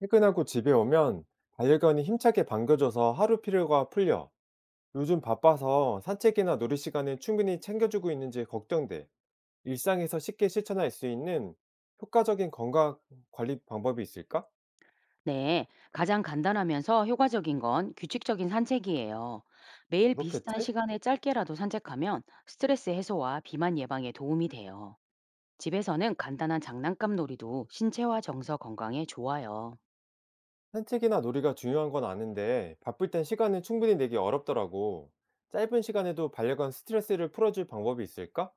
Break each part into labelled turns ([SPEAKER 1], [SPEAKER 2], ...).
[SPEAKER 1] 퇴근하고 집에 오면 반려견이 힘차게 반겨줘서 하루 피로가 풀려. 요즘 바빠서 산책이나 놀이 시간을 충분히 챙겨주고 있는지 걱정돼. 일상에서 쉽게 실천할 수 있는 효과적인 건강 관리 방법이 있을까?
[SPEAKER 2] 네, 가장 간단하면서 효과적인 건 규칙적인 산책이에요. 매일 비슷한
[SPEAKER 1] 그렇겠지?
[SPEAKER 2] 시간에 짧게라도 산책하면 스트레스 해소와 비만 예방에 도움이 돼요. 집에서는 간단한 장난감 놀이도 신체와 정서 건강에 좋아요.
[SPEAKER 1] 산책이나 놀이가 중요한 건 아는데 바쁠 땐 시간을 충분히 내기 어렵더라고. 짧은 시간에도 반려견 스트레스를 풀어줄 방법이 있을까?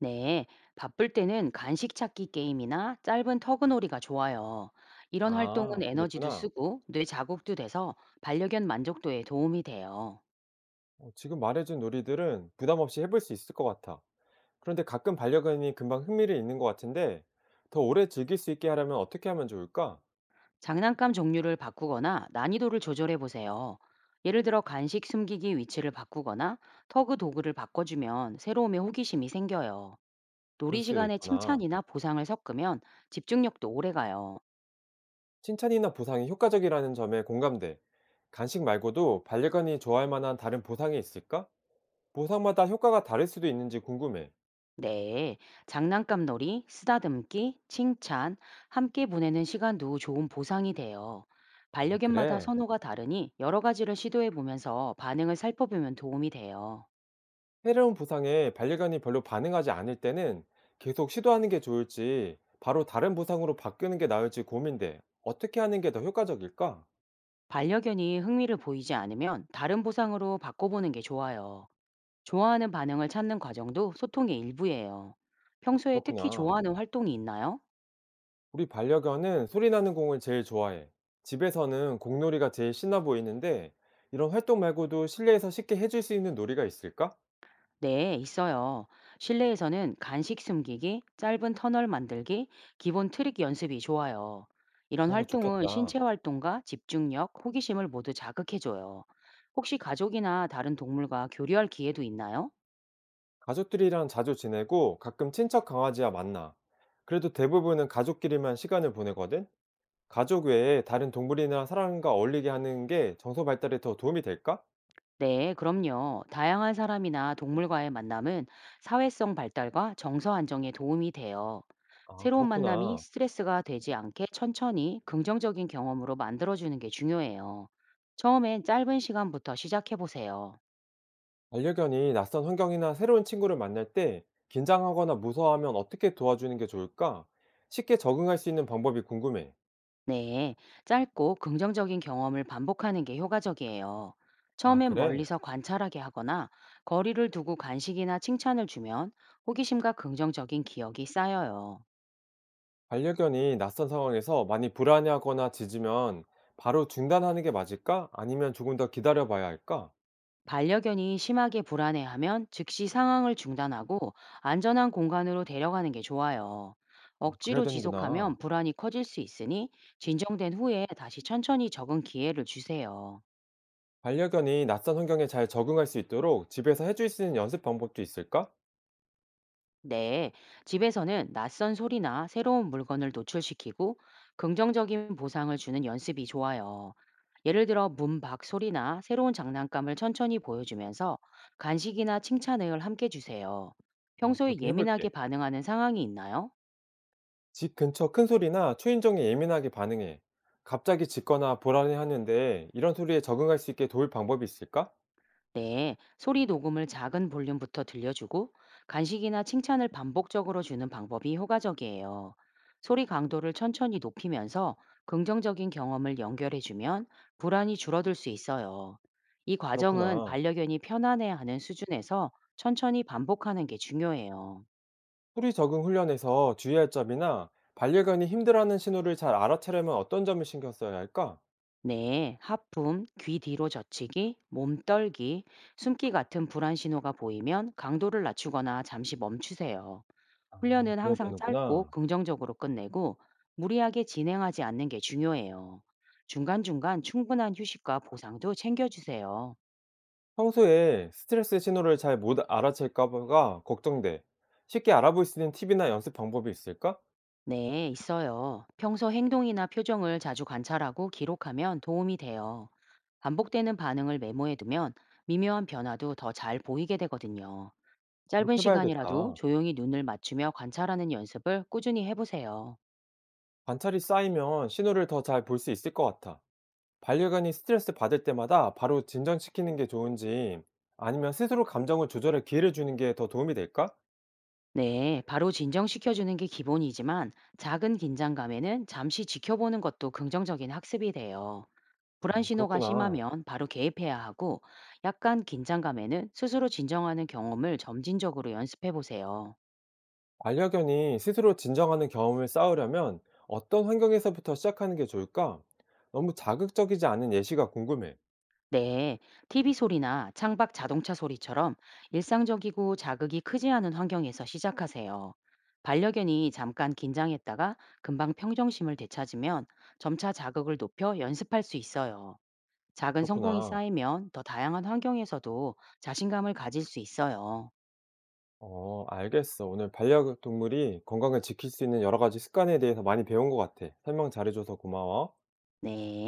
[SPEAKER 2] 네, 바쁠 때는 간식 찾기 게임이나 짧은 터그놀이가 좋아요. 이런 활동은
[SPEAKER 1] 아,
[SPEAKER 2] 에너지도
[SPEAKER 1] 그러겠구나.
[SPEAKER 2] 쓰고 뇌 자극도 돼서 반려견 만족도에 도움이 돼요.
[SPEAKER 1] 지금 말해준 놀이들은 부담 없이 해볼 수 있을 것 같아. 그런데 가끔 반려견이 금방 흥미를 잃는 것 같은데 더 오래 즐길 수 있게 하려면 어떻게 하면 좋을까?
[SPEAKER 2] 장난감 종류를 바꾸거나 난이도를 조절해 보세요. 예를 들어 간식 숨기기 위치를 바꾸거나 터그 도구를 바꿔주면 새로움에 호기심이 생겨요.
[SPEAKER 1] 그럴
[SPEAKER 2] 놀이
[SPEAKER 1] 수도
[SPEAKER 2] 시간에
[SPEAKER 1] 있구나.
[SPEAKER 2] 칭찬이나 보상을 섞으면 집중력도 오래 가요.
[SPEAKER 1] 칭찬이나 보상이 효과적이라는 점에 공감돼. 간식 말고도 반려견이 좋아할 만한 다른 보상이 있을까? 보상마다 효과가 다를 수도 있는지 궁금해.
[SPEAKER 2] 네, 장난감 놀이, 쓰다듬기, 칭찬, 함께 보내는 시간도 좋은 보상이 돼요.
[SPEAKER 1] 아,
[SPEAKER 2] 반려견마다
[SPEAKER 1] 그래.
[SPEAKER 2] 선호가 다르니 여러 가지를 시도해 보면서 반응을 살펴보면 도움이 돼요.
[SPEAKER 1] 새로운 보상에 반려견이 별로 반응하지 않을 때는 계속 시도하는 게 좋을지 바로 다른 보상으로 바꾸는 게 나을지 고민돼. 어떻게 하는 게 더 효과적일까?
[SPEAKER 2] 반려견이 흥미를 보이지 않으면 다른 보상으로 바꿔보는 게 좋아요. 좋아하는 반응을 찾는 과정도 소통의 일부예요. 평소에 특히
[SPEAKER 1] 그렇구나.
[SPEAKER 2] 좋아하는 활동이 있나요?
[SPEAKER 1] 우리 반려견은 소리 나는 공을 제일 좋아해. 집에서는 공놀이가 제일 신나 보이는데, 이런 활동 말고도 실내에서 쉽게 해줄 수 있는 놀이가 있을까?
[SPEAKER 2] 네, 있어요. 실내에서는 간식 숨기기, 짧은 터널 만들기, 기본 트릭 연습이 좋아요. 이런
[SPEAKER 1] 그런 거
[SPEAKER 2] 활동은
[SPEAKER 1] 좋겠다.
[SPEAKER 2] 신체 활동과 집중력, 호기심을 모두 자극해줘요. 혹시 가족이나 다른 동물과 교류할 기회도 있나요?
[SPEAKER 1] 가족들이랑 자주 지내고 가끔 친척 강아지와 만나. 그래도 대부분은 가족끼리만 시간을 보내거든? 가족 외에 다른 동물이나 사람과 어울리게 하는 게 정서 발달에 더 도움이 될까?
[SPEAKER 2] 네, 그럼요. 다양한 사람이나 동물과의 만남은 사회성 발달과 정서 안정에 도움이 돼요.
[SPEAKER 1] 아,
[SPEAKER 2] 새로운 만남이
[SPEAKER 1] 그렇구나.
[SPEAKER 2] 스트레스가 되지 않게 천천히 긍정적인 경험으로 만들어주는 게 중요해요. 처음엔 짧은 시간부터 시작해 보세요.
[SPEAKER 1] 반려견이 낯선 환경이나 새로운 친구를 만날 때 긴장하거나 무서워하면 어떻게 도와주는 게 좋을까? 쉽게 적응할 수 있는 방법이 궁금해.
[SPEAKER 2] 네, 짧고 긍정적인 경험을 반복하는 게 효과적이에요.
[SPEAKER 1] 아,
[SPEAKER 2] 처음엔
[SPEAKER 1] 그래?
[SPEAKER 2] 멀리서 관찰하게 하거나 거리를 두고 간식이나 칭찬을 주면 호기심과 긍정적인 기억이 쌓여요.
[SPEAKER 1] 반려견이 낯선 상황에서 많이 불안해하거나 짖으면 바로 중단하는 게 맞을까? 아니면 조금 더 기다려봐야 할까?
[SPEAKER 2] 반려견이 심하게 불안해하면 즉시 상황을 중단하고 안전한 공간으로 데려가는 게 좋아요.
[SPEAKER 1] 아, 그래야
[SPEAKER 2] 억지로 지속하면
[SPEAKER 1] 되는구나.
[SPEAKER 2] 불안이 커질 수 있으니 진정된 후에 다시 천천히 적응 기회를 주세요.
[SPEAKER 1] 반려견이 낯선 환경에 잘 적응할 수 있도록 집에서 해줄 수 있는 연습 방법도 있을까?
[SPEAKER 2] 네, 집에서는 낯선 소리나 새로운 물건을 노출시키고 긍정적인 보상을 주는 연습이 좋아요. 예를 들어 문 밖 소리나 새로운 장난감을 천천히 보여주면서 간식이나 칭찬을 함께 주세요. 평소에
[SPEAKER 1] 그렇게
[SPEAKER 2] 예민하게
[SPEAKER 1] 해볼게.
[SPEAKER 2] 반응하는 상황이 있나요?
[SPEAKER 1] 집 근처 큰 소리나 초인종에 예민하게 반응해. 갑자기 짖거나 불안해하는데 이런 소리에 적응할 수 있게 도울 방법이 있을까?
[SPEAKER 2] 네, 소리 녹음을 작은 볼륨부터 들려주고 간식이나 칭찬을 반복적으로 주는 방법이 효과적이에요. 소리 강도를 천천히 높이면서 긍정적인 경험을 연결해주면 불안이 줄어들 수 있어요. 이 과정은
[SPEAKER 1] 그렇구나.
[SPEAKER 2] 반려견이 편안해하는 수준에서 천천히 반복하는 게 중요해요.
[SPEAKER 1] 소리 적응 훈련에서 주의할 점이나 반려견이 힘들어하는 신호를 잘 알아채려면 어떤 점을 신경 써야 할까?
[SPEAKER 2] 네, 하품, 귀 뒤로 젖히기, 몸 떨기, 숨기 같은 불안 신호가 보이면 강도를 낮추거나 잠시 멈추세요.
[SPEAKER 1] 아,
[SPEAKER 2] 훈련은
[SPEAKER 1] 그래야
[SPEAKER 2] 항상 짧고
[SPEAKER 1] 되는구나.
[SPEAKER 2] 긍정적으로 끝내고 무리하게 진행하지 않는 게 중요해요. 중간중간 충분한 휴식과 보상도 챙겨주세요.
[SPEAKER 1] 평소에 스트레스 신호를 잘 못 알아챌까봐 걱정돼. 쉽게 알아볼 수 있는 팁이나 연습 방법이 있을까?
[SPEAKER 2] 네, 있어요. 평소 행동이나 표정을 자주 관찰하고 기록하면 도움이 돼요. 반복되는 반응을 메모해두면 미묘한 변화도 더 잘 보이게 되거든요.
[SPEAKER 1] 이렇게
[SPEAKER 2] 짧은 시간이라도
[SPEAKER 1] 해봐야겠다.
[SPEAKER 2] 조용히 눈을 맞추며 관찰하는 연습을 꾸준히 해보세요.
[SPEAKER 1] 관찰이 쌓이면 신호를 더 잘 볼 수 있을 것 같아. 반려견이 스트레스 받을 때마다 바로 진정시키는 게 좋은지 아니면 스스로 감정을 조절할 기회를 주는 게 더 도움이 될까?
[SPEAKER 2] 네, 바로 진정시켜주는 게 기본이지만 작은 긴장감에는 잠시 지켜보는 것도 긍정적인 학습이 돼요.
[SPEAKER 1] 아,
[SPEAKER 2] 불안 신호가
[SPEAKER 1] 그렇구나.
[SPEAKER 2] 심하면 바로 개입해야 하고 약간 긴장감에는 스스로 진정하는 경험을 점진적으로 연습해 보세요.
[SPEAKER 1] 반려견이 스스로 진정하는 경험을 쌓으려면 어떤 환경에서부터 시작하는 게 좋을까? 너무 자극적이지 않은 예시가 궁금해.
[SPEAKER 2] 네, TV 소리나 창밖 자동차 소리처럼 일상적이고 자극이 크지 않은 환경에서 시작하세요. 반려견이 잠깐 긴장했다가 금방 평정심을 되찾으면 점차 자극을 높여 연습할 수 있어요. 작은 성공이
[SPEAKER 1] 그렇구나.
[SPEAKER 2] 쌓이면 더 다양한 환경에서도 자신감을 가질 수 있어요.
[SPEAKER 1] 알겠어. 오늘 반려동물이 건강을 지킬 수 있는 여러 가지 습관에 대해서 많이 배운 것 같아. 설명 잘해줘서 고마워.
[SPEAKER 2] 네.